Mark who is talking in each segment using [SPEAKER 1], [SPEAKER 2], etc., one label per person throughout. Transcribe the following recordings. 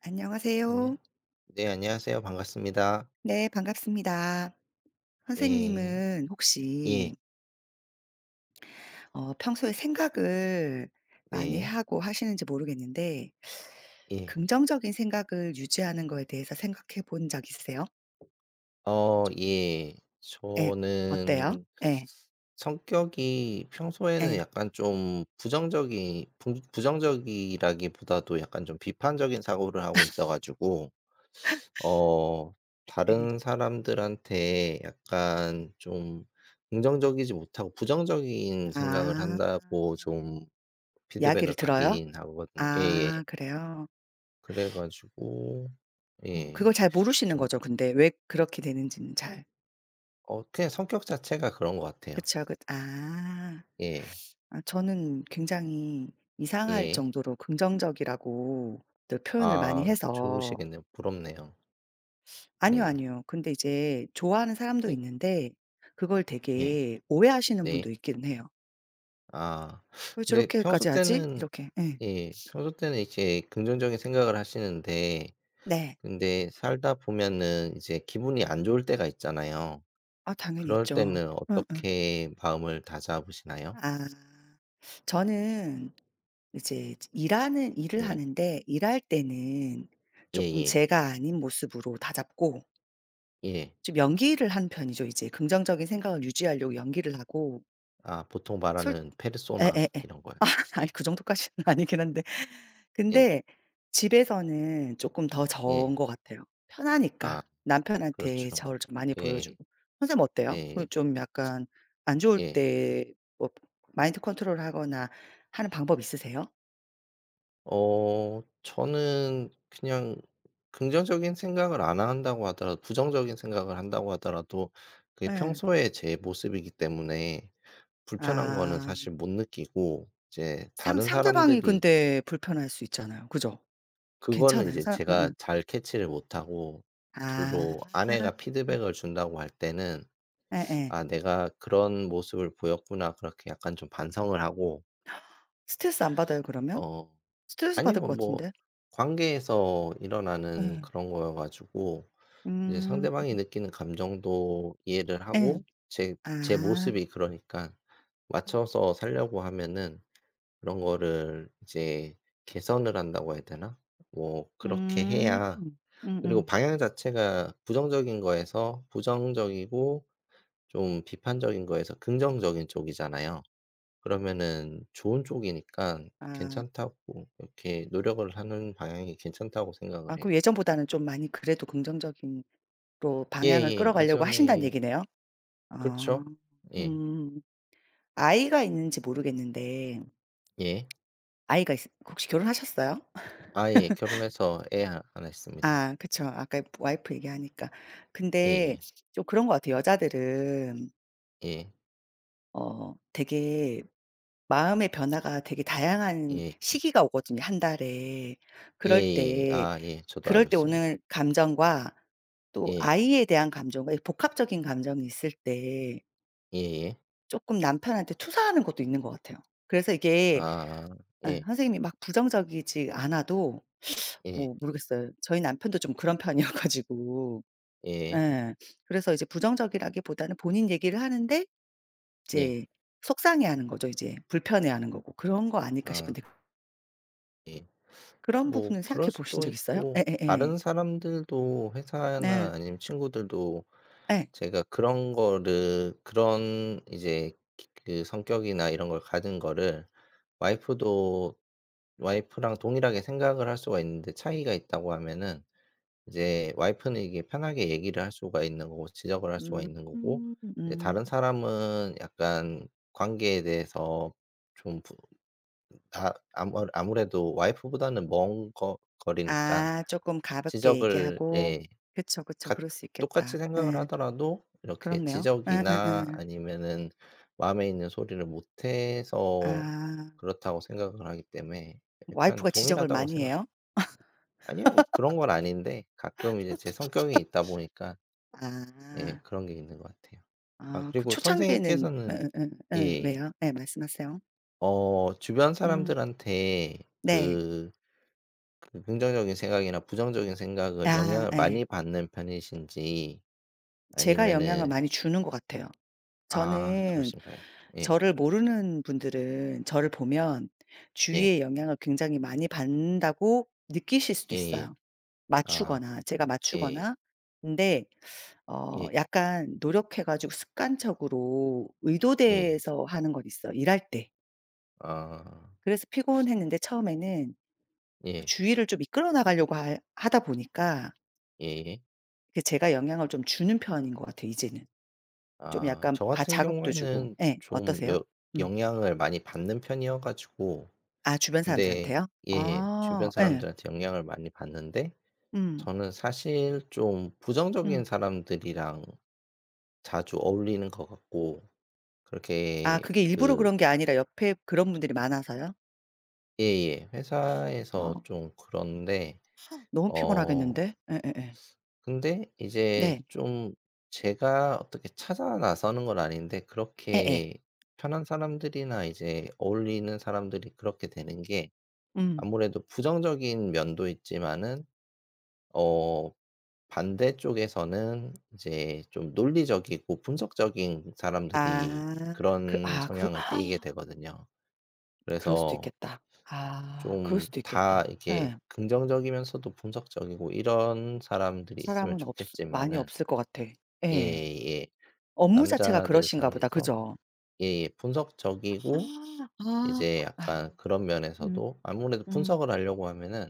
[SPEAKER 1] 안녕하세요.
[SPEAKER 2] 안녕. 네, 안녕하세요. 반갑습니다.
[SPEAKER 1] 네, 반갑습니다.
[SPEAKER 2] 네.
[SPEAKER 1] 선생님은
[SPEAKER 2] 예.
[SPEAKER 1] 혹시 평소에 생각을 많이
[SPEAKER 2] 네.
[SPEAKER 1] 하고 하시는지 모르겠는데
[SPEAKER 2] 예.
[SPEAKER 1] 긍정적인 생각을 유지하는 거에 대해서 생각해 본 적 있으세요?
[SPEAKER 2] 예.
[SPEAKER 1] 예. 어때요?
[SPEAKER 2] 저는
[SPEAKER 1] 예.
[SPEAKER 2] 성격이 평소에는
[SPEAKER 1] 예.
[SPEAKER 2] 약간 좀 부정적이라기보다도 약간 좀 비판적인 사고를 하고 있어 가지고 어
[SPEAKER 1] 예.
[SPEAKER 2] 다른 사람들한테 약간 좀 긍정적이지 못하고 부정적인 생각을
[SPEAKER 1] 아.
[SPEAKER 2] 한다고 좀
[SPEAKER 1] 이야기를
[SPEAKER 2] 피드백을
[SPEAKER 1] 들어요?
[SPEAKER 2] 받긴 하거든요. 예예.
[SPEAKER 1] 아 그래요?
[SPEAKER 2] 그래 가지고 예.
[SPEAKER 1] 그걸 잘 모르시는
[SPEAKER 2] 좀
[SPEAKER 1] 거죠 근데 왜 그렇게 되는지는 잘.
[SPEAKER 2] 그냥 성격 자체가 그런 것 같아요.
[SPEAKER 1] 그쵸. 그 아.
[SPEAKER 2] 예.
[SPEAKER 1] 아 저는 굉장히 이상할
[SPEAKER 2] 예.
[SPEAKER 1] 정도로 긍정적이라고 늘 표현을 많이
[SPEAKER 2] 아
[SPEAKER 1] 해서.
[SPEAKER 2] 좋으시겠네요. 부럽네요.
[SPEAKER 1] 아니요,
[SPEAKER 2] 예.
[SPEAKER 1] 아니요. 근데 이제 좋아하는 사람도
[SPEAKER 2] 예.
[SPEAKER 1] 있는데 그걸
[SPEAKER 2] 예.
[SPEAKER 1] 되게 오해하시는
[SPEAKER 2] 네.
[SPEAKER 1] 분도 있긴 해요.
[SPEAKER 2] 아
[SPEAKER 1] "왜
[SPEAKER 2] 근데 평소
[SPEAKER 1] 저렇게까지 하지?"
[SPEAKER 2] 때는
[SPEAKER 1] 이렇게. 예.
[SPEAKER 2] 예, 평소 때는 이제 긍정적인 생각을 하시는데
[SPEAKER 1] 네.
[SPEAKER 2] 근데 살다 보면은 이제 기분이 안 좋을 때가 있잖아요.
[SPEAKER 1] 아 당연히
[SPEAKER 2] 그럴
[SPEAKER 1] 있죠.
[SPEAKER 2] 때는
[SPEAKER 1] 응, 응.
[SPEAKER 2] 어떻게 마음을 다잡으시나요?
[SPEAKER 1] 아. 저는 이제 일하는 일을
[SPEAKER 2] 예.
[SPEAKER 1] 하는데 일할 때는 조금
[SPEAKER 2] 예예. 예.
[SPEAKER 1] 제가 아닌 모습으로 다잡고
[SPEAKER 2] 예.
[SPEAKER 1] 좀 연기를 한 편이죠. 이제 긍정적인 생각을 유지하려고 연기를 하고.
[SPEAKER 2] 아 보통
[SPEAKER 1] 솔
[SPEAKER 2] 말하는 페르소나
[SPEAKER 1] 예예예.
[SPEAKER 2] 이런 거요. 예.
[SPEAKER 1] 아니 그 정도까지는 아니긴 한데.
[SPEAKER 2] 예.
[SPEAKER 1] 근데 집에서는 쪼끔 더
[SPEAKER 2] 예.
[SPEAKER 1] 저은 것 같아요.
[SPEAKER 2] 아
[SPEAKER 1] 편하니까. 남편한테
[SPEAKER 2] 그렇죠.
[SPEAKER 1] 저를 좀 많이
[SPEAKER 2] 예예.
[SPEAKER 1] 보여주고. 선생님 어때요? 그
[SPEAKER 2] 예
[SPEAKER 1] 좀 약간 안 좋을
[SPEAKER 2] 예.
[SPEAKER 1] 때 뭐 마인드 컨트롤하거나 하는 방법 있으세요?
[SPEAKER 2] 저는 그냥 긍정적인 생각을 안 한다고 하더라도 부정적인 생각을 한다고 하더라도 그게
[SPEAKER 1] 예.
[SPEAKER 2] 평소에 제 모습이기 때문에 불편한 거는
[SPEAKER 1] 아.
[SPEAKER 2] 사실 못 느끼고 이제
[SPEAKER 1] 상
[SPEAKER 2] 다른
[SPEAKER 1] 상대방이
[SPEAKER 2] 사람들이
[SPEAKER 1] 근데 불편할 수 있잖아요. 그죠?
[SPEAKER 2] 그거는
[SPEAKER 1] 괜찮아요?
[SPEAKER 2] 이제
[SPEAKER 1] 사람
[SPEAKER 2] 제가
[SPEAKER 1] 예예.
[SPEAKER 2] 잘 캐치를 못하고
[SPEAKER 1] 아.
[SPEAKER 2] 주로 아내가 피드백을 준다고 할 때는
[SPEAKER 1] 예예.
[SPEAKER 2] '아 내가 그런 모습을 보였구나.' 그렇게 약간 좀 반성을 하고
[SPEAKER 1] 스트레스 안 받아요 그러면?
[SPEAKER 2] 어
[SPEAKER 1] 스트레스 받을
[SPEAKER 2] 아니요.
[SPEAKER 1] 것
[SPEAKER 2] 뭐
[SPEAKER 1] 같은데.
[SPEAKER 2] 관계에서 일어나는
[SPEAKER 1] 예.
[SPEAKER 2] 그런 거여 가지고 이제
[SPEAKER 1] 음.
[SPEAKER 2] 상대방이 느끼는 감정도 이해를
[SPEAKER 1] 예.
[SPEAKER 2] 하고 제 제
[SPEAKER 1] 아.
[SPEAKER 2] 모습이 그러니까 맞춰서 살려고 하면은 그런 거를 이제 개선을 한다고 해야 되나? 뭐 그렇게
[SPEAKER 1] 음.
[SPEAKER 2] 해야 그리고
[SPEAKER 1] 음음.
[SPEAKER 2] 방향 자체가 부정적인 거에서 부정적이고 좀 비판적인 거에서 긍정적인 쪽이잖아요. 그러면은 좋은 쪽이니까
[SPEAKER 1] 아.
[SPEAKER 2] 괜찮다고 이렇게 노력을 하는 방향이 괜찮다고
[SPEAKER 1] 아
[SPEAKER 2] 생각을 해요.
[SPEAKER 1] 그럼 예전보다는 좀 많이 그래도 긍정적인 로 방향을
[SPEAKER 2] 예예.
[SPEAKER 1] 끌어가려고 하신다는
[SPEAKER 2] 예전에
[SPEAKER 1] 얘기네요.
[SPEAKER 2] 그렇죠.
[SPEAKER 1] 아.
[SPEAKER 2] 예.
[SPEAKER 1] 음. 아이가 있는지 모르겠는데,
[SPEAKER 2] 예.
[SPEAKER 1] 아이가 있으 혹시 결혼하셨어요?
[SPEAKER 2] 아 예. 결혼해서 애하나 있습니다.
[SPEAKER 1] 아 그쵸. 아까 와이프 얘기하니까. 근데
[SPEAKER 2] 예예.
[SPEAKER 1] 좀 그런 것 같아요. 여자들은
[SPEAKER 2] 예.
[SPEAKER 1] 되게 마음의 변화가 되게 다양한
[SPEAKER 2] 예.
[SPEAKER 1] 시기가 오거든요, 한 달에. 그럴
[SPEAKER 2] 예예.
[SPEAKER 1] 때
[SPEAKER 2] 아 예. 저도
[SPEAKER 1] 그럴
[SPEAKER 2] 알고
[SPEAKER 1] 때 오는
[SPEAKER 2] 있습니다.
[SPEAKER 1] 감정과 또
[SPEAKER 2] 예.
[SPEAKER 1] 아이에 대한 감정과 이 복합적인 감정이 있을 때
[SPEAKER 2] 예예.
[SPEAKER 1] 쪼끔 남편한테 투사하는 것도 있는 것 같아요. 그래서 이게,
[SPEAKER 2] 아아.
[SPEAKER 1] 예,
[SPEAKER 2] 예.
[SPEAKER 1] 선생님이 막 부정적이지 않아도
[SPEAKER 2] 예.
[SPEAKER 1] 뭐 모르겠어요. 저희 남편도 좀 그런 편이어 가지고.
[SPEAKER 2] 예.
[SPEAKER 1] 예. 그래서 이제 부정적이라기보다는 본인 얘기를 하는데
[SPEAKER 2] 예.
[SPEAKER 1] 이제 속상해하는 거죠 이제. 불편해하는 거고. 그런 거 아닐까
[SPEAKER 2] 아
[SPEAKER 1] 싶은데,
[SPEAKER 2] 예.
[SPEAKER 1] 그런
[SPEAKER 2] 뭐
[SPEAKER 1] 부분은 생각해
[SPEAKER 2] 그럴
[SPEAKER 1] 보신
[SPEAKER 2] 수도
[SPEAKER 1] 적 있어요?
[SPEAKER 2] 있고
[SPEAKER 1] 예예예.
[SPEAKER 2] 다른 사람들도 회사나
[SPEAKER 1] 네.
[SPEAKER 2] 아니면 친구들도
[SPEAKER 1] 예.
[SPEAKER 2] 제가 그런 거를 그런 이제 그 성격이나 이런 걸 가진 거를 와이프도 와이프랑 동일하게 생각을 할 수가 있는데 차이가 있다고 하면은 이제 와이프는 이게 편하게 얘기를 할 수가 있는 거고 지적을 할 수가
[SPEAKER 1] 음.
[SPEAKER 2] 있는 거고 이제
[SPEAKER 1] 음.
[SPEAKER 2] 다른 사람은 약간 관계에 대해서 좀 부 다 아무 아무래도 와이프보다는 먼 거 거리니까
[SPEAKER 1] 아 조금 가볍게
[SPEAKER 2] 지적을
[SPEAKER 1] 얘기하고.
[SPEAKER 2] 예.
[SPEAKER 1] 그쵸, 그쵸.
[SPEAKER 2] 같
[SPEAKER 1] 그럴 수
[SPEAKER 2] 똑같이
[SPEAKER 1] 있겠다.
[SPEAKER 2] 생각을
[SPEAKER 1] 예.
[SPEAKER 2] 하더라도 이렇게
[SPEAKER 1] 그렇네요.
[SPEAKER 2] 지적이나
[SPEAKER 1] 예예예.
[SPEAKER 2] 아니면은 마음에 있는 소리를 못 해서
[SPEAKER 1] 아.
[SPEAKER 2] 그렇다고 생각을 하기 때문에 약간
[SPEAKER 1] 와이프가 지적을
[SPEAKER 2] 동일하다고
[SPEAKER 1] 많이
[SPEAKER 2] 생각
[SPEAKER 1] 해요?
[SPEAKER 2] 아니요. 그런 건 아닌데 가끔 이제 제 성격이 있다 보니까 예
[SPEAKER 1] 아.
[SPEAKER 2] 그런 게 있는 것 같아요. 아
[SPEAKER 1] 아 그
[SPEAKER 2] 그리고
[SPEAKER 1] 초창기에는. 예
[SPEAKER 2] 선생님께서는
[SPEAKER 1] 예. 예.
[SPEAKER 2] 예
[SPEAKER 1] 왜요? 예. 말씀하세요.
[SPEAKER 2] 주변
[SPEAKER 1] 음.
[SPEAKER 2] 사람들한테
[SPEAKER 1] 네.
[SPEAKER 2] 그 그 긍정적인 생각이나 부정적인 생각을
[SPEAKER 1] 아
[SPEAKER 2] 영향을
[SPEAKER 1] 예.
[SPEAKER 2] 많이 받는 편이신지
[SPEAKER 1] 제가 영향을
[SPEAKER 2] 아니면은
[SPEAKER 1] 많이 주는 것 같아요.
[SPEAKER 2] 아
[SPEAKER 1] 저는.
[SPEAKER 2] 그러신가요? 예.
[SPEAKER 1] 저를 모르는 분들은 저를 보면
[SPEAKER 2] 예.
[SPEAKER 1] 주위의 영향을 굉장히 많이 받는다고 느끼실 수도
[SPEAKER 2] 예예.
[SPEAKER 1] 있어요,
[SPEAKER 2] 아
[SPEAKER 1] 맞추거나 제가
[SPEAKER 2] 예.
[SPEAKER 1] 맞추거나. 근데
[SPEAKER 2] 예.
[SPEAKER 1] 약간 노력해 가지고 습관적으로
[SPEAKER 2] 예.
[SPEAKER 1] 의도돼서 하는 건 있어 일할 때.
[SPEAKER 2] 아
[SPEAKER 1] 그래서 피곤했는데 처음에는
[SPEAKER 2] 예.
[SPEAKER 1] 주위를 좀 이끌어 나가려고 하 하다 보니까
[SPEAKER 2] 예예.
[SPEAKER 1] 그 제가 영향을 좀 주는 편인 것 같아요, 이제는. 좀
[SPEAKER 2] 아
[SPEAKER 1] 약간
[SPEAKER 2] 저
[SPEAKER 1] 바
[SPEAKER 2] 같은
[SPEAKER 1] 자극도 주고.
[SPEAKER 2] 경우에는
[SPEAKER 1] 예.
[SPEAKER 2] 좀
[SPEAKER 1] 어떠세요?
[SPEAKER 2] 여
[SPEAKER 1] 음.
[SPEAKER 2] 영향을 많이 받는 편이어 가지고
[SPEAKER 1] 아 주변
[SPEAKER 2] 근데
[SPEAKER 1] 사람들한테요?
[SPEAKER 2] 예
[SPEAKER 1] 아
[SPEAKER 2] 주변
[SPEAKER 1] 예.
[SPEAKER 2] 사람들한테 영향을 많이 받는데
[SPEAKER 1] 음.
[SPEAKER 2] 저는 사실 좀 부정적인
[SPEAKER 1] 음.
[SPEAKER 2] 사람들이랑 자주 어울리는 것 같고
[SPEAKER 1] 아
[SPEAKER 2] 그렇게
[SPEAKER 1] 그게 일부러 그런 게 아니라 옆에 그런 분들이 많아서요?
[SPEAKER 2] 예예
[SPEAKER 1] 아
[SPEAKER 2] 회사에서 좀 그런데
[SPEAKER 1] 너무
[SPEAKER 2] 어
[SPEAKER 1] 피곤하겠는데? 예예예.
[SPEAKER 2] 근데 이제
[SPEAKER 1] 네.
[SPEAKER 2] 좀 제가 어떻게 찾아 나서는 건 아닌데
[SPEAKER 1] 예예.
[SPEAKER 2] 그렇게 편한 사람들이나 이제 어울리는 사람들이 그렇게 되는 게
[SPEAKER 1] 음.
[SPEAKER 2] 아무래도 부정적인 면도 있지만은 어 반대쪽에서는 이제 좀 논리적이고 분석적인 사람들이
[SPEAKER 1] 아. 그
[SPEAKER 2] 그런
[SPEAKER 1] 아 그러
[SPEAKER 2] 성향을 띠게 되거든요.
[SPEAKER 1] 그럴 수도
[SPEAKER 2] 그래서
[SPEAKER 1] 있겠다. 아 그럴
[SPEAKER 2] 좀
[SPEAKER 1] 수도
[SPEAKER 2] 다
[SPEAKER 1] 있겠다.
[SPEAKER 2] 이렇게
[SPEAKER 1] 예.
[SPEAKER 2] 긍정적이면서도 분석적이고 이런 사람들이 있으면
[SPEAKER 1] 사람은 없 많이
[SPEAKER 2] 좋겠지만은
[SPEAKER 1] 없을 것 같아. 예.
[SPEAKER 2] 예예.
[SPEAKER 1] 업무 자체가
[SPEAKER 2] 남자들
[SPEAKER 1] 그러신가 보다.
[SPEAKER 2] 사이에서
[SPEAKER 1] 그죠?
[SPEAKER 2] 예예. 분석적이고
[SPEAKER 1] 아
[SPEAKER 2] 이제
[SPEAKER 1] 그 아.
[SPEAKER 2] 약간 그런
[SPEAKER 1] 음.
[SPEAKER 2] 면에서도 아무래도
[SPEAKER 1] 음.
[SPEAKER 2] 분석을 하려고 하면은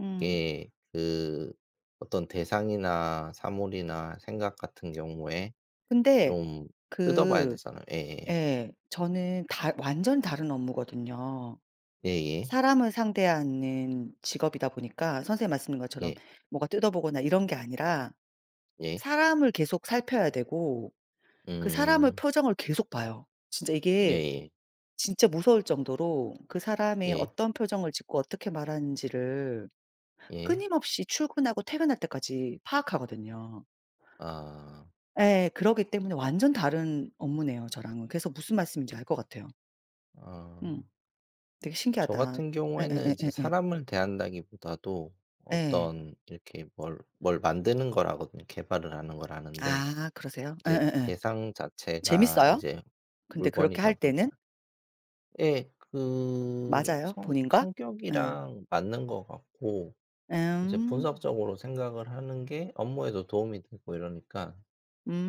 [SPEAKER 1] 음.
[SPEAKER 2] 이게 그 어떤 대상이나 사물이나 생각 같은 경우에
[SPEAKER 1] 근데
[SPEAKER 2] 좀 뜯어봐야
[SPEAKER 1] 그
[SPEAKER 2] 되잖아요. 예예.
[SPEAKER 1] 예, 저는 다 완전 다른 업무거든요.
[SPEAKER 2] 예예.
[SPEAKER 1] 사람을 상대하는 직업이다 보니까 선생님 말씀인
[SPEAKER 2] 예.
[SPEAKER 1] 것처럼
[SPEAKER 2] 예.
[SPEAKER 1] 뭐가 뜯어보거나 이런 게 아니라
[SPEAKER 2] 예, 예.
[SPEAKER 1] 사람을 계속 살펴야 되고 그 사람의
[SPEAKER 2] 음.
[SPEAKER 1] 표정을 계속 봐요. 진짜 이게
[SPEAKER 2] 예예.
[SPEAKER 1] 진짜 무서울 정도로 그
[SPEAKER 2] 예.
[SPEAKER 1] 사람이
[SPEAKER 2] 예.
[SPEAKER 1] 어떤 표정을 짓고 어떻게 말하는지를
[SPEAKER 2] 예.
[SPEAKER 1] 끊임없이 출근하고 퇴근할 때까지 파악하거든요.
[SPEAKER 2] 아.
[SPEAKER 1] 예. 그러기 때문에 완전 다른 업무네요 저랑은. 그래서 무슨 말씀인지 알 것 같아요.
[SPEAKER 2] 아.
[SPEAKER 1] 음. 되게
[SPEAKER 2] 저
[SPEAKER 1] 신기하다.
[SPEAKER 2] 같은 경우에는 이제
[SPEAKER 1] 예예예예예.
[SPEAKER 2] 사람을 대한다기보다도
[SPEAKER 1] 예.
[SPEAKER 2] 어떤 이렇게 뭘 만드는 걸 하거든요. 개발을 하는 걸 하는데
[SPEAKER 1] 아 그러세요?
[SPEAKER 2] 이제
[SPEAKER 1] 예예예.
[SPEAKER 2] 대상 자체가
[SPEAKER 1] 재밌어요?
[SPEAKER 2] 이제
[SPEAKER 1] 근데 그렇게
[SPEAKER 2] 물건이다
[SPEAKER 1] 할 때는?
[SPEAKER 2] 보니까 예 그
[SPEAKER 1] 맞아요
[SPEAKER 2] 성
[SPEAKER 1] 본인과? 예.
[SPEAKER 2] 성격이랑 맞는 것 같고 이제
[SPEAKER 1] 음.
[SPEAKER 2] 분석적으로 생각을 하는 게 업무에도 도움이 되고 이러니까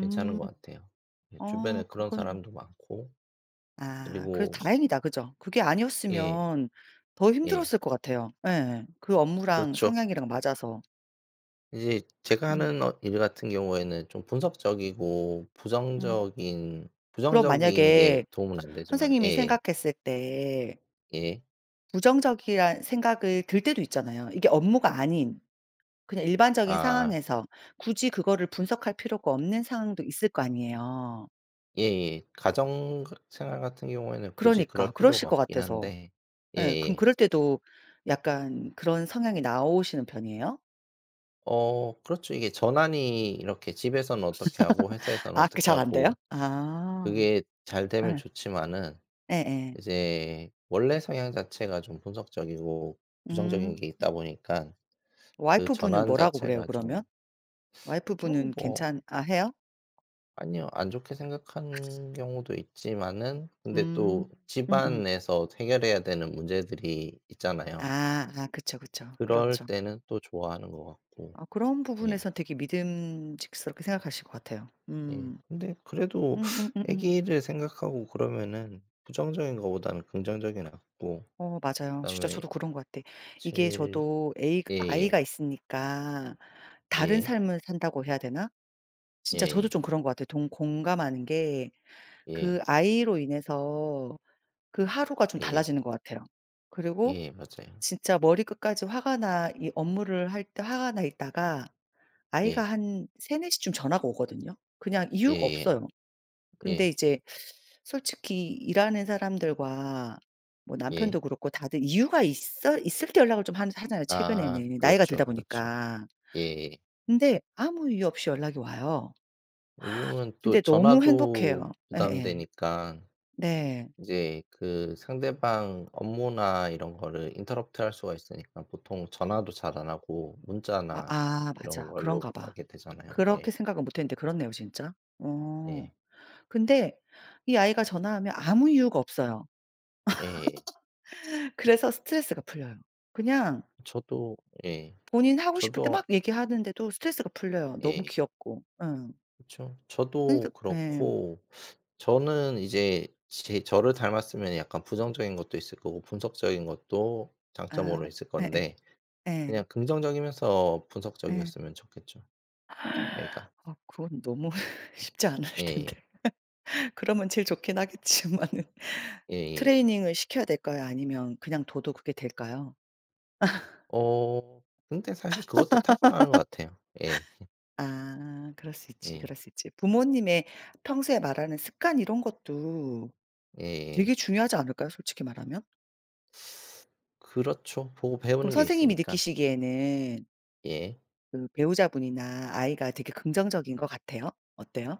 [SPEAKER 2] 괜찮은 것 같아요. 예 주변에 그런
[SPEAKER 1] 그건,
[SPEAKER 2] 사람도 많고
[SPEAKER 1] 아 그래도
[SPEAKER 2] 그리고
[SPEAKER 1] 다행이다. 그죠? 그게
[SPEAKER 2] 예
[SPEAKER 1] 아니었으면 더
[SPEAKER 2] 예
[SPEAKER 1] 힘들었을 것 같아요. 예. 그 업무랑
[SPEAKER 2] 그렇죠.
[SPEAKER 1] 성향이랑 맞아서.
[SPEAKER 2] 이제 제가
[SPEAKER 1] 음.
[SPEAKER 2] 하는 일 같은 경우에는 좀 분석적이고
[SPEAKER 1] 음.
[SPEAKER 2] 부정적인
[SPEAKER 1] 그럼
[SPEAKER 2] 부정적인 게
[SPEAKER 1] 만약에
[SPEAKER 2] 도움은 안 되지만
[SPEAKER 1] 선생님이
[SPEAKER 2] 예예.
[SPEAKER 1] 생각했을 때
[SPEAKER 2] 예.
[SPEAKER 1] 부정적이란 생각을 들 때도 있잖아요. 이게 업무가 아닌 그냥 일반적인
[SPEAKER 2] 아.
[SPEAKER 1] 상황에서 굳이 그거를 분석할 필요가 없는 상황도 있을 거 아니에요.
[SPEAKER 2] 예예. 가정 생활 같은 경우에는 굳이
[SPEAKER 1] 그러니까
[SPEAKER 2] 그럴
[SPEAKER 1] 그러실
[SPEAKER 2] 필요가
[SPEAKER 1] 것
[SPEAKER 2] 없긴
[SPEAKER 1] 같아서.
[SPEAKER 2] 한데
[SPEAKER 1] 예. 그럼
[SPEAKER 2] 예예.
[SPEAKER 1] 그럴 때도 약간 그런 성향이 나오시는 편이에요?
[SPEAKER 2] 그렇죠. 이게 전환이 이렇게 집에서는 어떻게 하고 회사에서는
[SPEAKER 1] 아 그
[SPEAKER 2] 어떻게
[SPEAKER 1] 잘 안 돼요?
[SPEAKER 2] 하고
[SPEAKER 1] 아.
[SPEAKER 2] 그게 잘 되면
[SPEAKER 1] 예.
[SPEAKER 2] 좋지만은
[SPEAKER 1] 예예.
[SPEAKER 2] 이제 원래 성향 자체가 좀 분석적이고 부정적인
[SPEAKER 1] 음.
[SPEAKER 2] 게 있다 보니깐 그
[SPEAKER 1] 와이프분은
[SPEAKER 2] 전환
[SPEAKER 1] 뭐라고 그래요
[SPEAKER 2] 자체가 좀
[SPEAKER 1] 그러면? 와이프분은
[SPEAKER 2] 좀 뭐
[SPEAKER 1] 괜찮 아 해요?
[SPEAKER 2] 아니요 안 좋게 생각한 경우도 있지만은 근데
[SPEAKER 1] 음.
[SPEAKER 2] 또
[SPEAKER 1] 음음.
[SPEAKER 2] 집안에서 해결해야 되는 문제들이 있잖아요.
[SPEAKER 1] 아 아 그쵸, 그쵸.
[SPEAKER 2] 그럴
[SPEAKER 1] 그렇죠.
[SPEAKER 2] 때는 또 좋아하는 것 같고.
[SPEAKER 1] 아 그런
[SPEAKER 2] 예.
[SPEAKER 1] 부분에선 되게 믿음직스럽게 생각하실 것 같아요.
[SPEAKER 2] 예.
[SPEAKER 1] 음.
[SPEAKER 2] 근데 그래도
[SPEAKER 1] 음음음음.
[SPEAKER 2] 아기를 생각하고 그러면은 부정적인 것보다는 긍정적이 낫고
[SPEAKER 1] 맞아요. 진짜
[SPEAKER 2] 그다음에
[SPEAKER 1] 저도 그런 것 같아. 이게
[SPEAKER 2] 제일
[SPEAKER 1] 저도 에이
[SPEAKER 2] 예예.
[SPEAKER 1] 아이가 있으니까 다른
[SPEAKER 2] 예.
[SPEAKER 1] 삶을 산다고 해야 되나? 진짜 저도
[SPEAKER 2] 예.
[SPEAKER 1] 좀 그런 것 같아요. 동 공감하는 게
[SPEAKER 2] 예.
[SPEAKER 1] 그 아이로 인해서 그 하루가 좀
[SPEAKER 2] 예.
[SPEAKER 1] 달라지는 것 같아요. 그리고
[SPEAKER 2] 예. 맞아요.
[SPEAKER 1] 진짜 머리끝까지 화가 나 이 업무를 할 때 화가 나 있다가 아이가
[SPEAKER 2] 예.
[SPEAKER 1] 한 3~4 시쯤 전화가 오거든요. 그냥 이유가
[SPEAKER 2] 예예.
[SPEAKER 1] 없어요. 근데
[SPEAKER 2] 예.
[SPEAKER 1] 이제 솔직히 일하는 사람들과 뭐
[SPEAKER 2] 예. 예.
[SPEAKER 1] 남편도 그렇고 다들 이유가 있어 있을 때 연락을 좀 하 하잖아요
[SPEAKER 2] 아
[SPEAKER 1] 최근에는 나이가
[SPEAKER 2] 그렇죠,
[SPEAKER 1] 들다
[SPEAKER 2] 그렇죠.
[SPEAKER 1] 보니까.
[SPEAKER 2] 예예.
[SPEAKER 1] 근데 아무 이유 없이 연락이 와요.
[SPEAKER 2] 요즘은 또
[SPEAKER 1] 근데 너무
[SPEAKER 2] 전화도
[SPEAKER 1] 행복해요. 예예.
[SPEAKER 2] 부담되니까
[SPEAKER 1] 네.
[SPEAKER 2] 이제 그 상대방 업무나 이런 거를 인터럽트 할 수가 있으니까 보통 전화도 잘 안 하고
[SPEAKER 1] 마
[SPEAKER 2] 문자나
[SPEAKER 1] 아
[SPEAKER 2] 이런
[SPEAKER 1] 맞아.
[SPEAKER 2] 걸로
[SPEAKER 1] 그런가 봐.
[SPEAKER 2] 하게 되잖아요.
[SPEAKER 1] 그렇게
[SPEAKER 2] 예.
[SPEAKER 1] 생각은 못 했는데 그렇네요 진짜. 어.
[SPEAKER 2] 예.
[SPEAKER 1] 근데 이 아이가 전화하면 아무 이유가 없어요.
[SPEAKER 2] 예.
[SPEAKER 1] 그래서 스트레스가 풀려요. 그냥
[SPEAKER 2] 저도 예.
[SPEAKER 1] 본인 하고 싶을 때
[SPEAKER 2] 저도
[SPEAKER 1] 막 얘기하는데도 스트레스가 풀려요, 너무
[SPEAKER 2] 예.
[SPEAKER 1] 귀엽고. 응.
[SPEAKER 2] 그쵸.
[SPEAKER 1] 그러니까
[SPEAKER 2] 저도
[SPEAKER 1] 예.
[SPEAKER 2] 그렇고 저는 이제 제 저를 닮았으면 약간 부정적인 것도 있을 거고 분석적인 것도
[SPEAKER 1] 아
[SPEAKER 2] 장점으로 있을
[SPEAKER 1] 예예.
[SPEAKER 2] 건데
[SPEAKER 1] 예. 예.
[SPEAKER 2] 그냥 긍정적이면서
[SPEAKER 1] 예.
[SPEAKER 2] 분석적이었으면 좋겠죠, 애가.
[SPEAKER 1] 아 그건 너무 쉽지 않을
[SPEAKER 2] 예.
[SPEAKER 1] 텐데. 그러면 제일 좋긴 하겠지만은
[SPEAKER 2] 예예.
[SPEAKER 1] 트레이닝을 시켜야 될까요? 아니면 그냥 둬도 그게 될까요?
[SPEAKER 2] 어 근데 사실 그것도 타고나는 것 같아요. 예.
[SPEAKER 1] 아 그럴 수 있지,
[SPEAKER 2] 예.
[SPEAKER 1] 그럴 수 있지. 부모님의 평소에 말하는 습관 이런 것도
[SPEAKER 2] 예예.
[SPEAKER 1] 되게 중요하지 않을까요? 솔직히 말하면?
[SPEAKER 2] 그렇죠. 보고
[SPEAKER 1] 그럼
[SPEAKER 2] 배우는 게 있으
[SPEAKER 1] 선생님이
[SPEAKER 2] 니까
[SPEAKER 1] 느끼시기에는
[SPEAKER 2] 예.
[SPEAKER 1] 그 배우자분이나 아이가 되게 긍정적인 것 같아요? 어때요?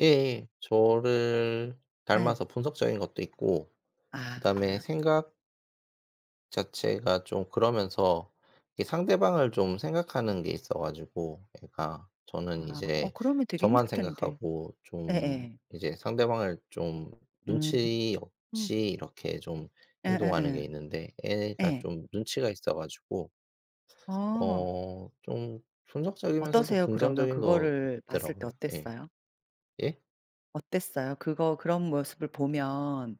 [SPEAKER 2] 예예. 저를
[SPEAKER 1] 예.
[SPEAKER 2] 닮아서 분석적인 것도 있고 그다음에
[SPEAKER 1] 아.
[SPEAKER 2] 생각 자체가 좀 그러면서 이 상대방을 좀 생각하는 게 있어 가지고 애가 저는
[SPEAKER 1] 아
[SPEAKER 2] 이제
[SPEAKER 1] 그러면 되게 힘들
[SPEAKER 2] 저만
[SPEAKER 1] 텐데.
[SPEAKER 2] 생각하고 좀
[SPEAKER 1] 예예.
[SPEAKER 2] 이제 상대방을 좀
[SPEAKER 1] 음.
[SPEAKER 2] 눈치
[SPEAKER 1] 음.
[SPEAKER 2] 없이 이렇게 좀 행동하는 게
[SPEAKER 1] 예예예.
[SPEAKER 2] 있는데 애가
[SPEAKER 1] 예.
[SPEAKER 2] 좀 눈치가 있어 가지고
[SPEAKER 1] 어.
[SPEAKER 2] 좀 충격적이면서도
[SPEAKER 1] 어떠세요 그러면
[SPEAKER 2] 긍정적인 것
[SPEAKER 1] 그거를 봤을 때
[SPEAKER 2] 같더라고요. 예.
[SPEAKER 1] 어땠어요?
[SPEAKER 2] 예?
[SPEAKER 1] 어땠어요? 그거 그런 모습을 보면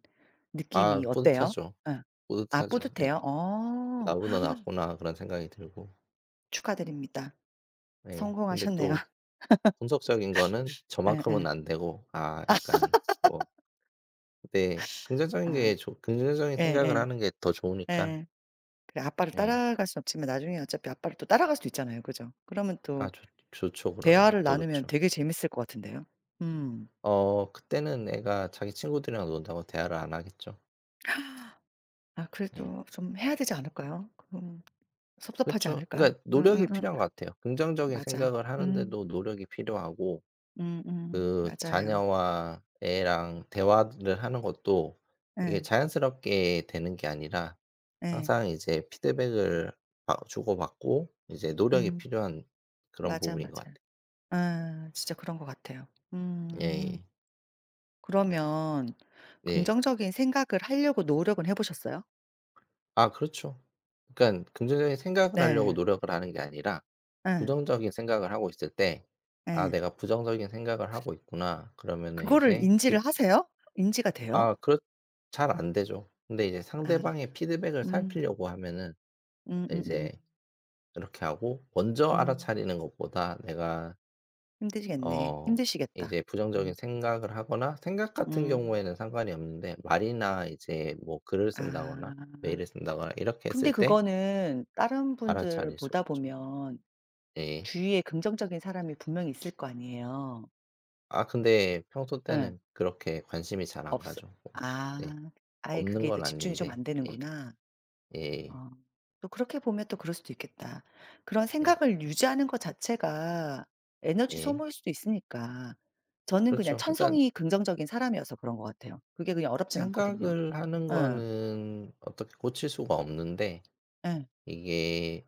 [SPEAKER 1] 느낌이
[SPEAKER 2] 아
[SPEAKER 1] 어때요?
[SPEAKER 2] 뿌듯하죠.
[SPEAKER 1] 예. 아
[SPEAKER 2] 뿌듯하죠. 예.
[SPEAKER 1] 뿌듯해요? 어.
[SPEAKER 2] '나보다 낫구나.' 그런 생각이 들고.
[SPEAKER 1] 축하드립니다.
[SPEAKER 2] 예. 근데
[SPEAKER 1] 성공하셨네요.
[SPEAKER 2] 또 분석적인 거는 저만큼은
[SPEAKER 1] 예예.
[SPEAKER 2] 안 되고 아 약간 뭐 네. 긍정적인
[SPEAKER 1] 아.
[SPEAKER 2] 게 좋 긍정적인
[SPEAKER 1] 예예.
[SPEAKER 2] 생각을
[SPEAKER 1] 예.
[SPEAKER 2] 하는 게 더 좋으니까.
[SPEAKER 1] 예. 그래 아빠를
[SPEAKER 2] 예.
[SPEAKER 1] 따라갈 순 없지만 나중에 어차피 아빠를 또 따라갈 수도 있잖아요. 그죠? 그러면
[SPEAKER 2] 아
[SPEAKER 1] 또
[SPEAKER 2] 좋 좋죠 그러면.
[SPEAKER 1] 대화를
[SPEAKER 2] 더
[SPEAKER 1] 나누면
[SPEAKER 2] 좋죠.
[SPEAKER 1] 되게 재밌을 것 같은데요. 음.
[SPEAKER 2] 그때는 애가 자기 친구들이랑 논다고 대화를 안 하겠죠.
[SPEAKER 1] 아
[SPEAKER 2] 예.
[SPEAKER 1] 그래도 좀 해야 되지 않을까요? 그럼 섭섭하지
[SPEAKER 2] 그쵸.
[SPEAKER 1] 않을까요?
[SPEAKER 2] 그러니까 노력이
[SPEAKER 1] 음음음.
[SPEAKER 2] 필요한 것 같아요. 긍정적인
[SPEAKER 1] 맞아.
[SPEAKER 2] 생각을
[SPEAKER 1] 음.
[SPEAKER 2] 하는데도 노력이 필요하고
[SPEAKER 1] 음음.
[SPEAKER 2] 그
[SPEAKER 1] 맞아요.
[SPEAKER 2] 자녀와 애랑 대화를 하는 것도 이게
[SPEAKER 1] 예.
[SPEAKER 2] 자연스럽게 되는 게 아니라
[SPEAKER 1] 예.
[SPEAKER 2] 항상 이제 피드백을 바 주고받고 이제 노력이
[SPEAKER 1] 음.
[SPEAKER 2] 필요한 그런
[SPEAKER 1] 맞아,
[SPEAKER 2] 부분인 것 같아요.
[SPEAKER 1] 맞아요. 아 진짜 그런 것 같아요. 음.
[SPEAKER 2] 예예.
[SPEAKER 1] 그러면
[SPEAKER 2] 네.
[SPEAKER 1] 긍정적인 생각을 하려고 노력은 해 보셨어요?
[SPEAKER 2] 아 그렇죠. 그러니까 긍정적인 생각을 하려고
[SPEAKER 1] 네.
[SPEAKER 2] 노력을 하는 게 아니라
[SPEAKER 1] 예.
[SPEAKER 2] 부정적인 생각을 하고 있을 때 '아
[SPEAKER 1] 예.
[SPEAKER 2] 내가 부정적인 생각을 하고 있구나.' 그러면은
[SPEAKER 1] 그거를
[SPEAKER 2] 이제
[SPEAKER 1] 인지를
[SPEAKER 2] 기
[SPEAKER 1] 하세요? 인지가 돼요?
[SPEAKER 2] 아 그렇 잘 안 되죠. 근데 이제
[SPEAKER 1] 아.
[SPEAKER 2] 상대방의 피드백을
[SPEAKER 1] 음.
[SPEAKER 2] 살피려고 하면은
[SPEAKER 1] 음.
[SPEAKER 2] 이제 그렇게 하고 먼저
[SPEAKER 1] 음.
[SPEAKER 2] 알아차리는 것보다 내가
[SPEAKER 1] 힘드시겠네.
[SPEAKER 2] 어
[SPEAKER 1] 힘드시겠다.
[SPEAKER 2] 이제
[SPEAKER 1] 음.
[SPEAKER 2] 부정적인 생각을 하거나 생각 같은
[SPEAKER 1] 음.
[SPEAKER 2] 경우에는 상관이 없는데 말이나 이제 뭐 글을 쓴다거나
[SPEAKER 1] 아.
[SPEAKER 2] 메일을 쓴다거나 이렇게 했을
[SPEAKER 1] 근데
[SPEAKER 2] 때
[SPEAKER 1] 그거는 다른 분들
[SPEAKER 2] 알아차릴 수가
[SPEAKER 1] 보다
[SPEAKER 2] 있죠.
[SPEAKER 1] 보면
[SPEAKER 2] 예.
[SPEAKER 1] 주위에 긍정적인 사람이 분명히 있을 거 아니에요.
[SPEAKER 2] 아 근데 평소
[SPEAKER 1] 응,
[SPEAKER 2] 때는 그렇게 관심이 잘 안
[SPEAKER 1] 없어
[SPEAKER 2] 가죠. 뭐. 네.
[SPEAKER 1] 아. 아예
[SPEAKER 2] 없는
[SPEAKER 1] 그게 더
[SPEAKER 2] 건
[SPEAKER 1] 집중이 좀
[SPEAKER 2] 아닌데.
[SPEAKER 1] 안
[SPEAKER 2] 예.
[SPEAKER 1] 되는구나.
[SPEAKER 2] 예.
[SPEAKER 1] 어. 또 그렇게 보면 또 그럴 수도 있겠다. 그런
[SPEAKER 2] 예.
[SPEAKER 1] 생각을 유지하는 것 자체가 에너지
[SPEAKER 2] 예.
[SPEAKER 1] 소모일 수도 있으니까. 저는 그냥
[SPEAKER 2] 그렇죠. 그러니까
[SPEAKER 1] 천성이 긍정적인 사람이어서 그런 것 같아요. 그게 그냥 어렵진 않거든요.
[SPEAKER 2] 생각을 하는
[SPEAKER 1] 예.
[SPEAKER 2] 거는 어떻게 고칠 수가 없는데
[SPEAKER 1] 예.
[SPEAKER 2] 이게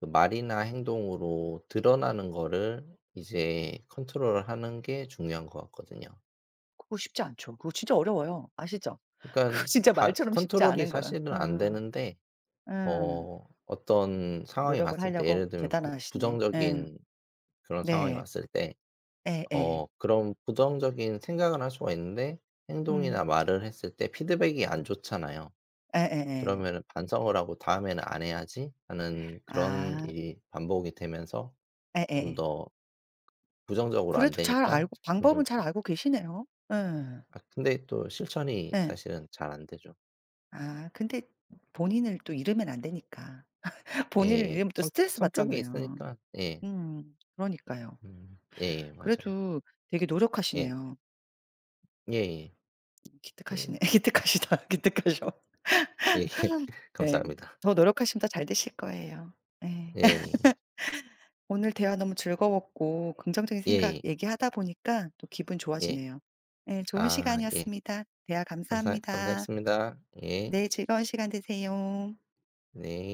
[SPEAKER 2] 그 말이나 행동으로 드러나는 거를 이제 컨트롤하는 을게 중요한 것 같거든요.
[SPEAKER 1] 그거 쉽지 않죠. 그거 진짜 어려워요. 아시죠?
[SPEAKER 2] 그 러
[SPEAKER 1] 그거
[SPEAKER 2] 니까
[SPEAKER 1] 진짜
[SPEAKER 2] 바
[SPEAKER 1] 말처럼 쉽지
[SPEAKER 2] 컨트롤이
[SPEAKER 1] 않은 거예요.
[SPEAKER 2] 사실은 안
[SPEAKER 1] 어.
[SPEAKER 2] 되는데
[SPEAKER 1] 예.
[SPEAKER 2] 어 어떤 상황이
[SPEAKER 1] 노력을
[SPEAKER 2] 왔을 때
[SPEAKER 1] 하려고,
[SPEAKER 2] 예를 들면 부
[SPEAKER 1] 대단하시네. 예.
[SPEAKER 2] 부정적인 그런 상황이
[SPEAKER 1] 네.
[SPEAKER 2] 왔을 때
[SPEAKER 1] 예예.
[SPEAKER 2] 그런 부정적인 생각을 할 수가 있는데 행동이나
[SPEAKER 1] 음.
[SPEAKER 2] 말을 했을 때 피드백이 안 좋잖아요.
[SPEAKER 1] 예예예.
[SPEAKER 2] 그러면은 반성을 하고 '다음에는 안 해야지.' 하는 그런
[SPEAKER 1] 아.
[SPEAKER 2] 일이 반복이 되면서 좀
[SPEAKER 1] 예예예.
[SPEAKER 2] 더 부정적으로 안
[SPEAKER 1] 그래도
[SPEAKER 2] 되니
[SPEAKER 1] 잘
[SPEAKER 2] 까
[SPEAKER 1] 알고, 방법은 잘
[SPEAKER 2] 긍정적으로
[SPEAKER 1] 알고 계시네요. 예.
[SPEAKER 2] 아 근데 또 실천이
[SPEAKER 1] 예.
[SPEAKER 2] 사실은 잘 안 되죠.
[SPEAKER 1] 아 근데 본인을 또 잃으면 안 되니까. 본인을
[SPEAKER 2] 예예.
[SPEAKER 1] 잃으면 또
[SPEAKER 2] 성
[SPEAKER 1] 스트레스
[SPEAKER 2] 성격이
[SPEAKER 1] 받잖아요.
[SPEAKER 2] 있으니까 예.
[SPEAKER 1] 그러니까요.
[SPEAKER 2] 음. 예예. 맞아요.
[SPEAKER 1] 그래도 되게
[SPEAKER 2] 예.
[SPEAKER 1] 노력하시네요.
[SPEAKER 2] 예예. 그래
[SPEAKER 1] 기특하시네. 기특하시다. 기특하셔.
[SPEAKER 2] 예.
[SPEAKER 1] 예.
[SPEAKER 2] 감사합니다.
[SPEAKER 1] 더 노력하시면 더 잘 되실 거예요. 예.
[SPEAKER 2] 예예.
[SPEAKER 1] 오늘 대화 너무 즐거웠고 긍정적인 생각
[SPEAKER 2] 예예.
[SPEAKER 1] 얘기하다 보니까 또 기분
[SPEAKER 2] 예.
[SPEAKER 1] 좋아지네요. 예 좋은
[SPEAKER 2] 아 예.
[SPEAKER 1] 시간이었습니다. 대화
[SPEAKER 2] 감사
[SPEAKER 1] 감사합니다.
[SPEAKER 2] 감사했습니다. 예.
[SPEAKER 1] 네 즐거운 시간 되세요.
[SPEAKER 2] 네.